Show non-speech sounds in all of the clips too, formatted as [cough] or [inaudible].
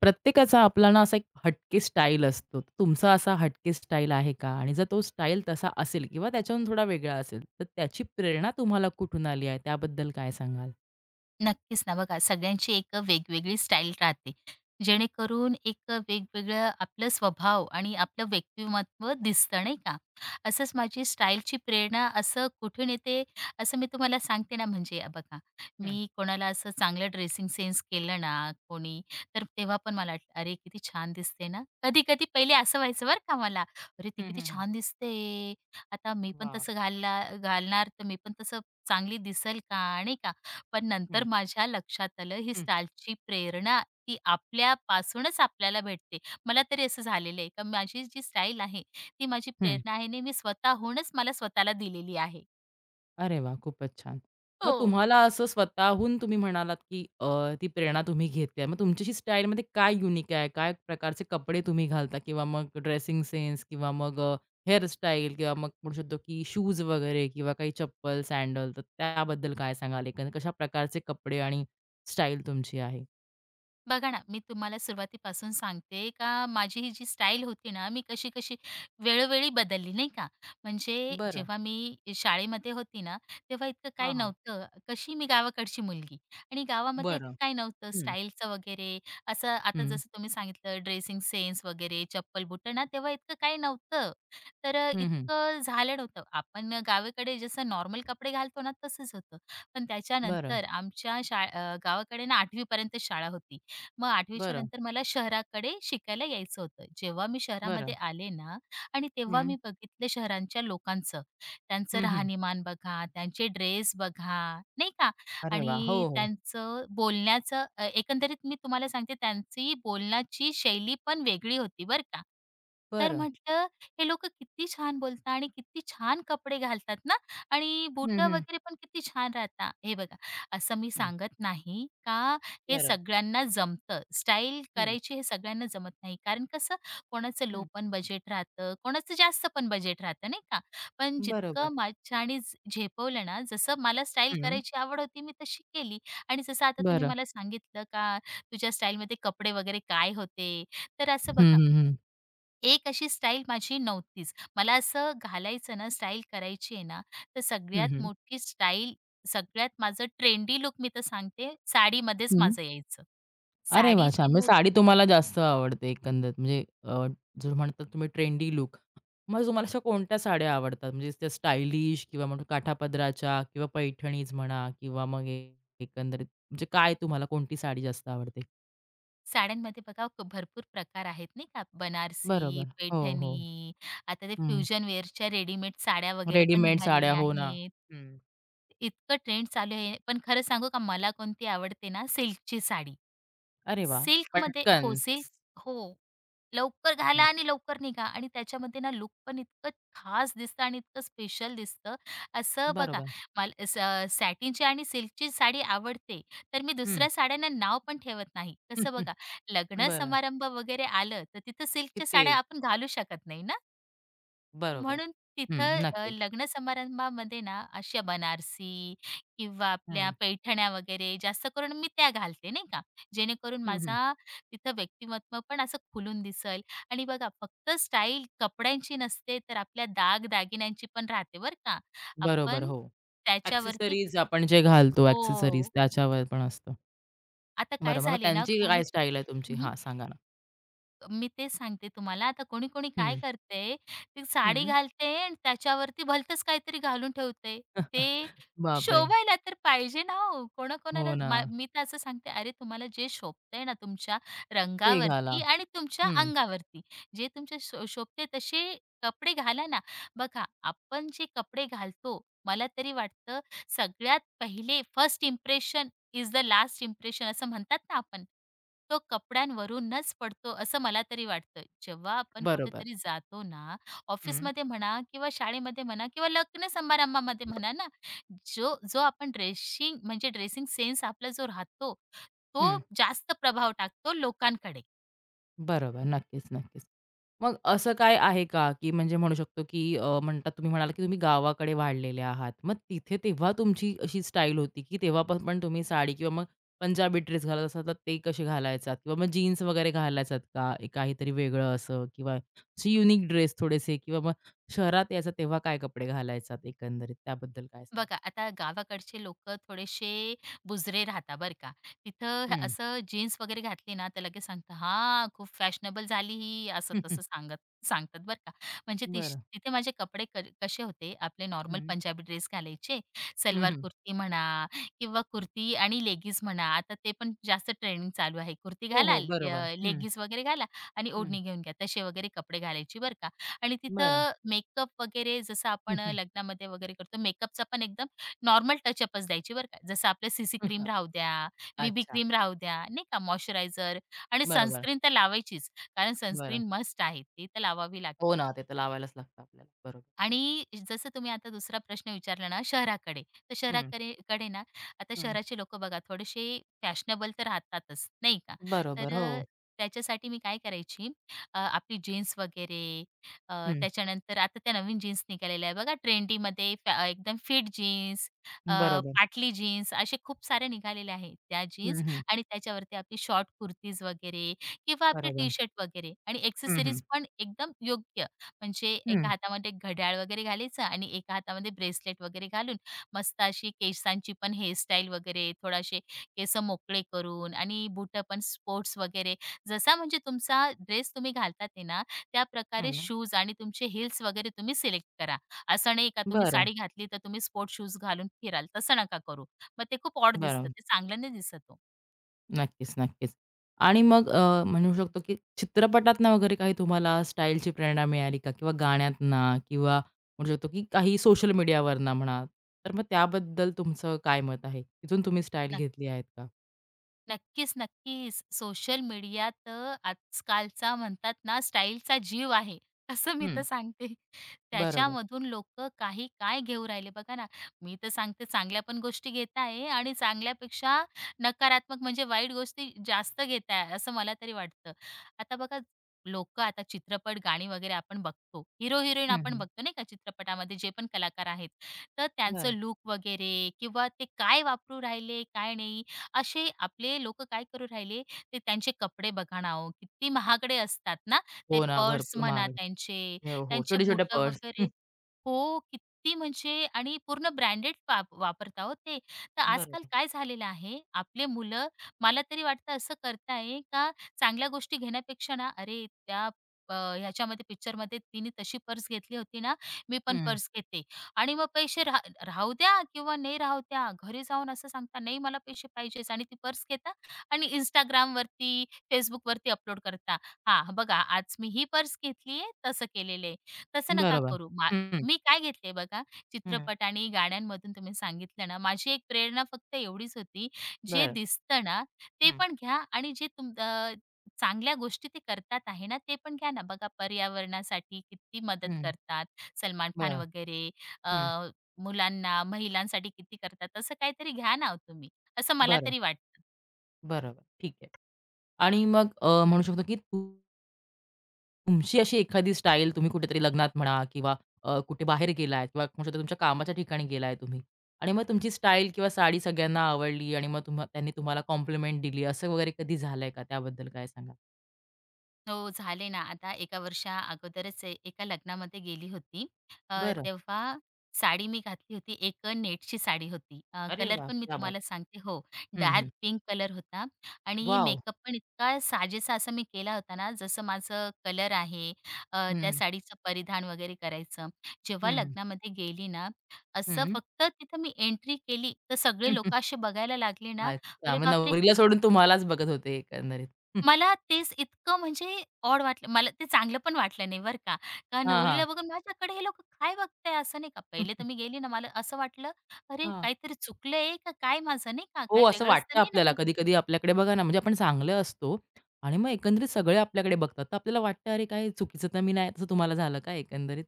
प्रत्येकाचा आपला ना असा एक हटके स्टाईल असतो. तुमचा असा हटके स्टाईल आहे का? आणि जर तो स्टाईल तसा असेल किंवा त्याच्याहून थोडा वेगळा असेल, तर त्याची प्रेरणा तुम्हाला कुठून आली आहे? त्याबद्दल काय सांगाल? नक्कीच ना. बघा सगळ्यांची एक वेगवेगळी स्टाईल राहते. जेणेकरून एक वेगवेगळं आपलं स्वभाव आणि आपलं व्यक्तिमत्व दिसतं, नाही का? असंच माझी स्टाईलची प्रेरणा असं कुठून येते, असं मी तुम्हाला सांगते ना. म्हणजे बघा, हं. मी कोणाला असं चांगलं ड्रेसिंग सेन्स केलं ना कोणी, तर तेव्हा पण मला वाटलं, "अरे, किती छान दिसते ना." कधी-कधी पहिले असं व्हायचं बरं का मला, "अरे, ती हं, किती हं, हं. छान दिसते. आता मी पण वाह! तसं घालला घालणार, तर मी पण तसं चांगली दिसेल का?" नाही का? पण हं, नंतर माझ्या लक्षात आलं ही हं. स्टाईलची प्रेरणा ती आपल्यापासूनच आपल्याला भेटते. मला तरी असं झालेलं आहे, का माझी जी स्टाईल आहे, ती माझी हं. प्रेरणा आहे आणि मी स्वतःहूनच मला स्वतःला दिलेली आहे. अरे वाह! खूपच छान. मग हो. तुम्हाला असं स्वतःहून तुम्ही म्हणालात, की ती प्रेरणा तुम्ही घेतली. मग तुमच्याशी स्टाईलमध्ये काय युनिक आहे? काय प्रकारचे कपडे तुम्ही घालता? किंवा मग ड्रेसिंग सेन्स किंवा मग हेअरस्टाईल किंवा मग म्हणू शकतो, की शूज वगैरे किंवा काही चप्पल, सॅडल तर त्याबद्दल काय सांगाल? एकंदरीत कशा प्रकारचे कपडे आणि स्टाईल तुमची आहे? बघा ना, मी तुम्हाला सुरुवातीपासून सांगते का माझी ही जी स्टाईल होती ना, मी कशी-कशी वेळोवेळी बदलली, नाही का. म्हणजे बरं. जेव्हा मी शाळेमध्ये होती ना, तेव्हा इतकं काही हां, हां. नव्हतं. कशी मी गावाकडची मुलगी आणि गावामध्ये बरं. इतकं काही नव्हतं हं, स्टाईलचं वगैरे असं. आता हं. जसं तुम्ही सांगितलं ड्रेसिंग सेन्स वगैरे, चप्पल-बुटं ना, तेव्हा इतकं काही नव्हतं. तर हं, हं. इतकं झालं नव्हतं. आपण गावाकडे जसं नॉर्मल कपडे घालतो ना, तसंच होतं. पण बरं, त्याच्यानंतर आमच्या गावाकडे ना 8वी शाळा होती. मग 8वीच्या बरं, नंतर मला शहराकडे शिकायला यायचं होतं. जेव्हा मी शहरामध्ये बरं. आले ना आणि तेव्हा हं. मी बघितलं शहरांच्या लोकांचं. त्यांचं हं, हं. राहणीमान बघा, त्यांचे ड्रेस बघा, नाही का? अरे वाह! हो, आणि हो. त्यांचं बोलण्याचं एकंदरीत मी तुम्हाला सांगते त्यांची बोलण्याची शैली पण वेगळी होती बरं का. तर बरं. म्हटलं हे लोकं किती छान बोलतात आणि किती छान कपडे घालतात ना आणि हं, बुटं हं. वगैरे पण किती छान राहतात. हे बघा, असं मी हं. सांगत नाही का हे बरं. सगळ्यांना जमतं. स्टाईल हं, करायची हे सगळ्यांना जमत नाही. कारण कसं कोणाचं लो हं. पण बजेट राहतं, कोणाचं जास्त पण बजेट राहतं नाही का? पण जितकं बरोबर. माझ्याने झेपवलं ना, जसं मला स्टाईल हं, करायची आवड होती मी तशी केली आणि जसं आता तुम्ही बरं. मला सांगितलं का तुझ्या स्टाईलमध्ये कपडे वगैरे काय होते? तर असं हं, बघा हं, हं. एक अशी स्टाईल माझी नव्हतीच. मला असं घालायचं ना, स्टाईल करायची आहे ना, तर हं, सगळ्यात हं. मोठी स्टाईल, सगळ्यात माझं ट्रेंडी लुक मी तर सांगते, साडीमध्येच हं. माझं यायचं. अरे साडी वाह! छान. जी म्हणजे होती साडी तुम्हाला जास्त आवडते एकंदरीत म्हणजे जो म्हणतात तुम्ही ट्रेंडी लूक. मग तुम्हाला अशा कोणत्या साड्या आवडतात? म्हणजे त्या स्टायलिश किंवा म्हणून काठापदराच्या किंवा पैठणीज म्हणा किंवा मग एकंदरीत म्हणजे काय तुम्हाला कोणती साडी जास्त आवडते? साड्यांमध्ये बघा भरपूर प्रकार आहेत नाही का, बनारसी, बरोबर. हो, हो. पैठणी, आता ते हं. फ्युजन वेअरच्या रेडीमेड साड्या वगैरे पण रेडीमेड साड्या निघालेल्या हो ना. आहेत. हं. इतकं ट्रेंड चालू आहे. पण खरं सांगू का, मला कोणती आवडते ना, सिल्कची साडी. अरे वाह! सिल्कमध्ये पटकन. हो, सिल्क हो. लवकर घाला हं. आणि लवकर निघा आणि त्याच्यामध्ये ना लुक पण इतकं खास दिसतं आणि इतकं स्पेशल दिसतं. असं बघा बरोबर. मला सॅटिनची आणि सिल्कची साडी आवडते, तर मी हं. दुसऱ्या साड्यांना नाव पण ठेवत नाही. कसं [laughs] बघा लग्न बरं. समारंभ वगैरे आलं, तर तिथं की सिल्कच्या साड्या तेच. आपण घालू शकत नाही ना. बरोबर. म्हणून हं, तिथं नक्कीच. लग्न समारंभामध्ये ना अशा बनारसी किंवा आपल्या हं. पैठण्या वगैरे जास्त करून मी त्या घालते नाही का, जेणेकरून हं, हं. माझा तिथं व्यक्तिमत्व पण असं खुलून दिसेल आणि बघा फक्त स्टाईल कपड्यांची नसते, तर आपल्या दागदागिन्यांची पण राहते बरं का. बरोबर, आपण हो. त्याच्यावरती एक्सेसरीज आपण जे घालतो, एक्सेसरीज हो. त्याच्यावर पण असतं. आता काय बरं, मग झाले ना त्यांची काय कोणी स्टाईल आहे तुमची? हां, सांगा ना. मी तेच सांगते तुम्हाला. आता कोणी-कोणी काय हं, करतंय, ती साडी हं. घालते आणि त्याच्यावरती भलतंच काहीतरी घालून ठेवते. [laughs] ते बापरे! शोभायला तर पाहिजे ना हो. कोणाकोणाला हो ना. मी तर असं सांगते, अरे तुम्हाला जे शोभतंय ना तुमच्या ते घाला. रंगावरती आणि तुमच्या हं, अंगावरती, जे तुमच्या शोभते तसे कपडे घाला ना. बघा आपण जे कपडे घालतो, मला तरी वाटतं सगळ्यात पहिले first impression is the last impression असं म्हणतात ना आपण. तो कपड्यांवरूनच पडतो असं मला तरी वाटतं. जेव्हा आपण बरोबर. कुठेतरी जातो ना, हं, ऑफिसमध्ये म्हणा किंवा शाळेमध्ये म्हणा किंवा लग्न समारंभामध्ये म्हणा ना, जो जो आपण ड्रेसिंग म्हणजे ड्रेसिंग सेन्स आपला जो राहतो, तो हं. जास्त प्रभाव टाकतो लोकांकडे. बरोबर. नक्कीच, नक्कीच. मग असं काय आहे का, की म्हणजे म्हणू शकतो, की म्हणतात तुम्ही म्हणालात, की तुम्ही गावाकडे वाढलेले आहात. मग तिथे तेव्हा तुमची अशी स्टाईल होती, की तेव्हा पण तुम्ही साडी किंवा मग पंजाबी ड्रेस घालत असाल, तर ते कसे घालायचात? किंवा मग जीन्स वगैरे घालायचात का? एक काहीतरी वेगळं असं किंवा असे युनिक ड्रेस थोडेसे किंवा मग शहरात यायचा तेव्हा काय कपडे घालायचात एकंदरीत? त्याबद्दल काय सांगाल? बघा आता गावाकडचे लोक थोडेसे बुजरे राहता बरं का तिथं हं. असं जीन्स वगैरे घातली ना तर लगेच सांगतात हा खूप फॅशनेबल झाली ही असं [laughs] हं, हं. तसं सांगत सांगतात बरं का म्हणजे बरं. तिथे माझे कपडे कसे होते आपले नॉर्मल हं. पंजाबी ड्रेस घालायचे हं, सलवार हं. कुर्ती म्हणा किंवा कुर्ती आणि लेगीज म्हणा आता ते पण जास्त ट्रेंडिंग चालू आहे कुर्ती हो, घाला हो. बरोबर. हं, लेगीज वगैरे घाला आणि हं. ओढणी घेऊन घ्या तसे वगैरे कपडे घालायची बरं का आणि बरं. तिथं मेकअप वगैरे जसं हं, आपण हं. लग्नामध्ये वगैरे करतो मेकअपचा पण एकदम नॉर्मल टचअपच द्यायची बरं का. जसं आपलं सीसी क्रीम [laughs] राहू द्या, बीबी अच्छा. क्रीम राहू द्या, नाही का मॉइश्चरायझर आणि बरोबर. सनस्क्रीन तर लावायचीच. कारण बरं. सनस्क्रीन मस्ट आहे. ती तर लावावी हो लागते. ना, ते तर लावायलाच लागतं आपल्याला. बरोबर. आणि जसं तुम्ही आता दुसरा प्रश्न विचारला ना शहराकडे, तर हं, शहराकडे ना आता हं. शहराचे लोकं बघा थोडेसे फॅशनेबल तर राहतातच, नाही का? बरोबर. तर हो. त्याच्यासाठी मी काय करायची आपली जीन्स वगैरे अ, हं. त्याच्यानंतर आता त्या नवीन जीन्स निघालेल्या आहे बघा ट्रेंडीमध्ये एकदम फिट जीन्स, अ, बरोबर. पाटली जीन्स असे खूप साऱ्या निघालेल्या आहेत. त्या हं, जीन्स हं. आणि त्याच्यावरती आपली शॉर्ट कुर्तीज वगैरे किंवा आपली बरोबर. टी-शर्ट वगैरे आणि हं, हं. एक्सेसरीज पण एकदम योग्य म्हणजे एका हं, हातामध्ये घड्याळ वगैरे घालायचं आणि एका हातामध्ये ब्रेसलेट वगैरे घालून मस्त अशी केसांची पण हेअरस्टाईल वगैरे थोडासे केस मोकळे करून आणि बुटं पण स्पोर्ट्स वगैरे जसा म्हणजे तुमचा ड्रेस तुम्ही घालतात आहे ना त्या प्रकारे हं. शूज आणि तुमचे हिल्स वगैरे तुम्ही सिलेक्ट करा. असं नाही का तुम्ही बरं, साडी घातली तर तुम्ही स्पोर्ट्स शूज घालून फिराल, तसं नका करू. मग ते खूप ऑड दिसतं. बरं. ते चांगलं नाही दिसत ओ. नक्कीच, नक्कीच. आणि मग म्हणू शकतो, की चित्रपटातनं वगैरे काही तुम्हाला स्टाईलची प्रेरणा मिळाली का? किंवा गाण्यातनं किंवा म्हणू शकतो, की काही सोशल मीडियावरनं म्हणा. तर मग त्याबद्दल तुमचं काय मत आहे? तिथून तुम्ही स्टाईल घेतली आहेत का? नक्कीच, नक्कीच. सोशल मीडिया तर आजकालचा म्हणतात ना स्टाईलचा जीव आहे, असं मी तर हं. सांगते. बरोबर. त्याच्यामधून लोकं काही काय घेऊ राहिले बघा ना. मी तर सांगते चांगल्या पण गोष्टी घेत आहे आणि चांगल्यापेक्षा नकारात्मक म्हणजे वाईट गोष्टी जास्त घेत आहे, असं मला तरी वाटतं. आता बघा लोकं आता चित्रपट, गाणी वगैरे आपण बघतो. हीरो-हिरोईन हं, आपण हं. बघतो नाही का चित्रपटामध्ये जे पण कलाकार आहेत. तर त्यांचं बरं. लूक वगैरे किंवा ते काय वापरू राहिले, काय नाही असे आपले लोक काय करू राहिले, ते त्यांचे कपडे बघा ना हो, किती महागडे असतात ना, ते हो ना, पर्स भरपूर म्हणा महागडे. त्यांचे, हो, हो. त्यांचे छोटे-छोटे बुटं पर्स. वगैरे हो, किती म्हणजे आणि पूर्ण ब्रँडेड वापरता हो ते. तर बरोबर. आजकाल काय झालेलं आहे, आपले मुलं मला तरी वाटतं असं करताय का चांगल्या गोष्टी घेण्यापेक्षा ना, "अरे त्या ह्याच्यामध्ये पिक्चरमध्ये तिने तशी पर्स घेतली होती ना, मी पण हं, पर्स घेते." आणि मग पैसे राहू द्या किंवा नाही राहू द्या. घरी जाऊन असं सांगता, "नाही मला पैसे पाहिजेच" आणि ती पर्स घेता आणि Instagramवरती, Facebookवरती अपलोड करता. "हां, बघा आज मी ही पर्स घेतली आहे, तसं केलेले, आहे." तसं नका बरोबर. करू. हं, मी काय घेतले बघा, हं. चित्रपट आणि गाण्यांमधून तुम्ही सांगितलं ना, माझी एक प्रेरणा फक्त एवढीच होती, जे बरं. दिसतं ना, ते हं, पण घ्या आणि जे चांगल्या गोष्टी ते करतात आहे ना, ते पण घ्या ना. बघा पर्यावरणासाठी किती मदत हं. करतात. सलमान खान बरं. वगैरे हं. मुलांना, महिलांसाठी किती करतात, तसं काहीतरी घ्या ना हो तुम्ही, असं मला बरं, तरी वाटतं. बरोबर. ठीक आहे. आणि मग म्हणू शकतो की तुमची अशी एखादी स्टाईल तुम्ही कुठेतरी लग्नात म्हणा किंवा कुठे बाहेर गेलात किंवा म्हणू शकतो तुमच्या कामाच्या ठिकाणी गेलाय तुम्ही आणि मग तुमची स्टाईल किंवा साडी सगळ्यांना आवडली आणि मग तुम्हा त्यांनी तुम्हाला कॉम्प्लिमेंट दिली असं वगैरे कधी झालंय का? त्याबद्दल काय सांगाल? हो, झाले ना. आता एका वर्षा अगोदरच एका लग्नामध्ये गेली होती. बरं. तेव्हा साडी मी घातली होती. एक नेटची साडी होती. अरे कलर वाह! पण मी क्या बात! तुम्हाला सांगते हो, हं, डार्क हं. पिंक कलर होता आणि वॉव! मेकअप पण इतका साजेसा असा मी केला होता ना, जसं माझं कलर आहे, हं, त्या हं. साडीचं परिधान वगैरे करायचं. हं, जेव्हा हं. लग्नामध्ये गेली ना, असं फक्त तिथं मी एंट्री केली, तर सगळे हं. लोकं असे बघायला लागले ना, अच्छा. "अरे मग बापरे! नवरीला ही सोडून तुम्हालाच बघत होते एकंदरीत. हं. मला तेच इतकं म्हणजे ऑड वाटलं. मला ते चांगलं पण वाटलं नाही बरं का. का हां, नवरीला हां. बघून माझ्याकडे हे लोकं काय बघताय असं नाही का. पहिले तर मी गेली ना मला असं वाटलं, "अरे हां. काहीतरी चुकलंय का काय माझं?" नाही का. हो, काही असं वेगळंच तर वाटतं नाही ना आपल्याला मी. कधी-कधी आपल्याकडे बघा ना, म्हणजे आपण चांगले असतो आणि मग एकंदरीत सगळे आपल्याकडे बघतात. तर आपल्याला वाटतं, "अरे, काय चुकीचं तर मी नाही." तसं तुम्हाला झालं का एकंदरीत?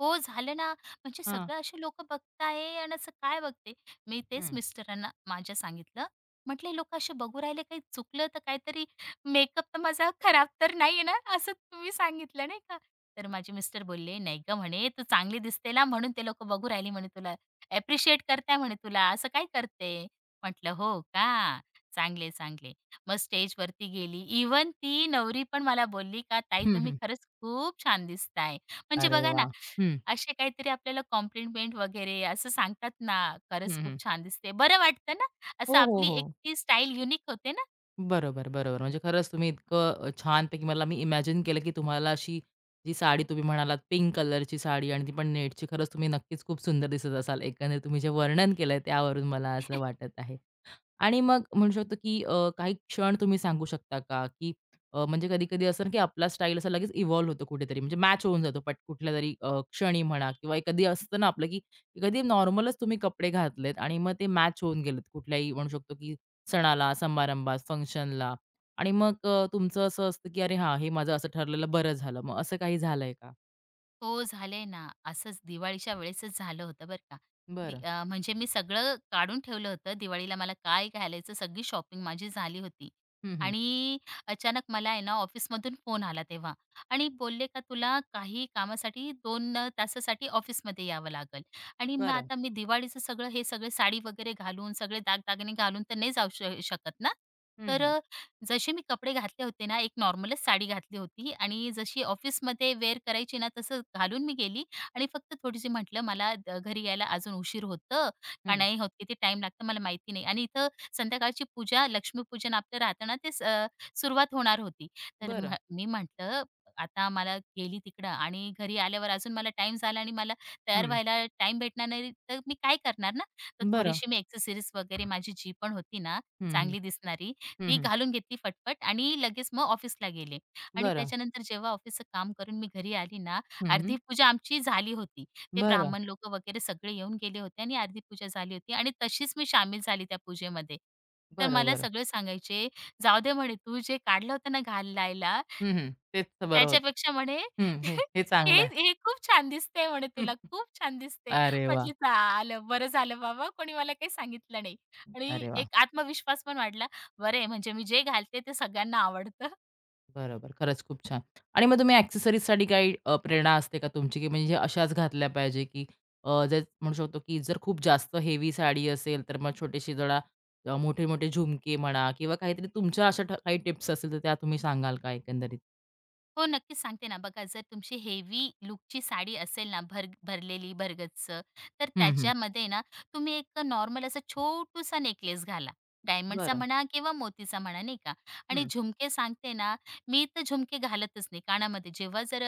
हो, झालं ना. म्हणजे हां. सगळं असे लोकं बघताय आणि असं काय बघते? मी तेच हं. मिस्टरांना माझ्या सांगितलं. म्हटलं, "हे असे बघू राहिले, काही चुकलं तर काहीतरी मेकअप तर माझा खराब तर नाहीये ना?" असं तुम्ही सांगितलं नाही का? तर माझे मिस्टर बोलले, "नाही गं," म्हणे, "तू चांगली दिसते ना म्हणून ते लोकं बघू राहिले म्हणे तुला. ॲप्रिशिएट करताय म्हणे तुला. असं काय करते?" म्हटलं, "हो का? चांगले, चांगले." मग स्टेजवरती गेली. इव्हन ती नवरी पण मला बोलली का, "ताई, हं, तुम्ही हं. खरंच खूप छान दिसताय." म्हणजे अरे बघा ना, वाह! हं. असे काहीतरी आपल्याला कॉम्प्लिमेंट वगैरे असं सांगतात ना, खरंच हं, खूप हं. छान दिसते. बरं वाटतं ना, असं हो, हो, आपली एक हो. ती स्टाईल युनिक होते ना. बरोबर, बरोबर. म्हणजे खरंच तुम्ही इतकं छानपैकी मला मी इमॅजिन केलं, की तुम्हाला अशी जी साडी तुम्ही म्हणालात पिंक कलरची साडी आणि ती पण नेटची खरंच तुम्ही नक्कीच खूप सुंदर दिसत असाल. एकंदरीत तुम्ही जे वर्णन केलंय त्यावरून मला असं वाटत आहे. आणि मग म्हणू शकतो, की काही क्षण तुम्ही सांगू शकता का? की म्हणजे कधी-कधी असं ना, की आपला स्टाईल असा लगेच इव्हॉल्व होतो कुठेतरी, म्हणजे मॅच होऊन जातो पट कुठल्या तरी क्षणी म्हणा किंवा कधी असतं ना आपलं, की कधी नॉर्मलच तुम्ही कपडे घातलेत आणि मग ते मॅच होऊन गेलेत कुठल्याही म्हणू शकतो, की सणाला, समारंभात, फंक्शनला आणि मग तुमचं असं असतं, की "अरे हां, हे माझं असं ठरलेलं बरं झालं." मग असं काही झालंय का? हो, झालंय ना. असंच दिवाळीच्या वेळेसच झालं होतं बरं का. बरं. म्हणजे मी सगळं काढून ठेवलं होतं. दिवाळीला मला काय घालायचं सगळी शॉपिंग माझी झाली होती. हं, हं. आणि अचानक मला आहे ना ऑफिसमधून फोन आला तेव्हा आणि बोलले का तुला काही कामासाठी 2 तासासाठी ऑफिसमध्ये यावं लागेल. आणि मग बरं. आता मी दिवाळीचं सगळं हे सगळे साडी वगैरे घालून, सगळे दागदागिने घालून तर नाही जाऊ शकत ना. हं, तर हं. जसे मी कपडे घातले होते ना, एक नॉर्मलच साडी घातली होती आणि जशी ऑफिसमध्ये वेअर करायची ना, तसं घालून मी गेली आणि फक्त थोडीशी म्हटलं, "मला घरी यायला अजून उशीर होतं का हं. नाही होत? किती टाईम लागतं? मला माहिती नाही." आणि इथं संध्याकाळची पूजा, लक्ष्मीपूजन आपलं राहतं ना, सुरुवात होणार होती. तर बरं. मी म्हटलं, "आता मला गेली तिकडं आणि घरी आल्यावर अजून मला टाईम झाला आणि मला तयार हं. व्हायला टाईम भेटणार नाही, तर मी काय करणार ना?" तर बरं. थोडीशी मी एक्सरसाइज वगैरे माझी जी पण होती ना, हं, हं. चांगली दिसणारी हं, ती हं. घालून घेतली फटफट आणि लगेच मग ऑफिसला गेले आणि बरं. त्याच्यानंतर जेव्हा ऑफिसचं काम करून मी घरी आली ना, हं. अर्धी पूजा आमची झाली होती. ते बरं. ब्राह्मण लोकं वगैरे सगळे येऊन गेले होते आणि अर्धी पूजा झाली होती आणि तशीच मी सामील झाली त्या पूजेमध्ये. तर बरं, मला बरं. सगळे सांगायचे, "जाऊ दे" म्हणे, "तू जे काढलं होतं ना घालायला हं, हं. तेच तर बरं होतं. त्याच्यापेक्षा म्हणे हं, हे [laughs] हे "हे चांगलं आहे. हे खूप छान दिसते" म्हणे, हं. "तुला खूप छान दिसते." अरे वाह! म्हटली, "झालं, बरं झालं बाबा कोणी मला काही सांगितलं नाही." आणि अरे वाह! एक आत्मविश्वास पण वाढला. बरं आहे म्हणजे मी जे घालते ते सगळ्यांना आवडतं. बरोबर. खरंच खूप छान. आणि मग तुम्ही एक्सेसरीजसाठी काही प्रेरणा असते का तुमची, की म्हणजे अशाच घातल्या पाहिजे, की जे म्हणू शकतो, की जर खूप जास्त हेवी साडी असेल, तर मग छोटेशी जरा मोठे-मोठे झुमके म्हणा किंवा काहीतरी तुमच्या अशा काही टिप्स असतील, तर त्या तुम्ही सांगाल का एकंदरीत? हो, नक्कीच सांगते ना. बघा जर तुमची हेवी लूकची साडी असेल ना भर भरलेली भरगच्च, तर हं, हं. त्याच्यामध्ये ना तुम्ही एक नॉर्मल असा छोटूसा नेकलेस घाला. डायमंडचा बरं. म्हणा किंवा मोतीचा म्हणा नाही का. आणि हं, झुमके सांगते ना, मी तर झुमके घालतच नाही कानामध्ये. जेव्हा जर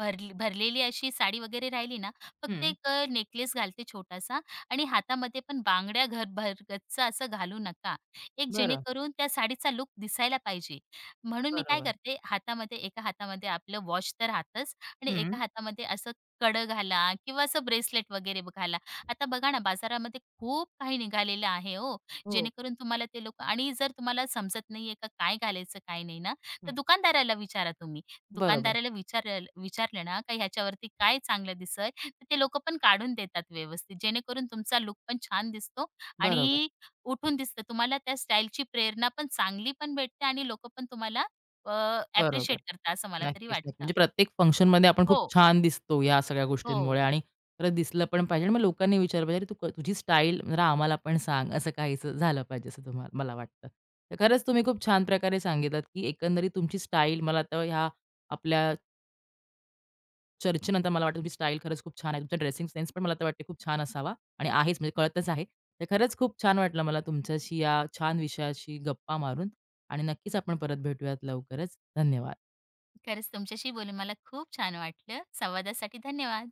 भरली भरलेली अशी साडी वगैरे राहिली ना, फक्त हं. एक नेकलेस घालते छोटासा आणि हातामध्ये पण बांगड्या घरभर गच्च असं घालू नका. एक बरं. जेणेकरून त्या साडीचा लुक दिसायला पाहिजे. म्हणून मी काय बरोबर. करते, हातामध्ये एका हातामध्ये आपलं वॉच तर राहतच आणि एका हं. हातामध्ये असं कड घाला किंवा असं ब्रेसलेट वगैरे घाला. आता बघा ना, बाजारामध्ये खूप काही निघालेलं आहे हो, हो. जेणेकरून तुम्हाला ते लोक आणि जर तुम्हाला समजत नाहीये का काय घालायचं, काय नाही ना, तर हं. दुकानदाराला विचारा तुम्ही. बरोबर, दुकानदाराला विचार विचारले ना, का ह्याच्यावरती काय चांगलं दिसेल, तर ते लोकं पण काढून देतात व्यवस्थित. जेणेकरून तुमचा लुक पण छान दिसतो बरोबर, आणि उठून दिसतं. तुम्हाला त्या स्टाईलची प्रेरणा पण चांगली पण भेटते आणि लोकं पण तुम्हाला बरोबर. ॲप्रिशिएट करतात असं मला तरी नक्कीच, नक्की. वाटतं. म्हणजे प्रत्येक फंक्शनमध्ये आपण खूप हो, छान दिसतो या सगळ्या गोष्टींमुळे हो. आणि खरंच दिसलं पण पाहिजे आणि मग लोकांनी विचारलं पाहिजे, "अरे, तू तुझी स्टाईल जरा आम्हाला पण सांग." असं काहीसं झालं पाहिजे असं तुम्हाला मला वाटतं. तर खरंच तुम्ही खूप छान प्रकारे सांगितलात, की एकंदरीत तुमची स्टाईल मला तर ह्या आपल्या चर्चेनंतर मला वाटतं तुमची स्टाईल खरंच खूप छान आहे. तुमचा ड्रेसिंग सेन्स पण मला तर वाटते खूप छान असावा आणि आहेच म्हणजे कळतच आहे. तर खरंच खूप छान वाटलं मला तुमच्याशी या छान विषयाशी गप्पा मारून आणि नक्कीच आपण परत भेटूयात लवकरच. धन्यवाद. खरंच तुमच्याशी बोलून मला खूप छान वाटलं. संवादासाठी धन्यवाद.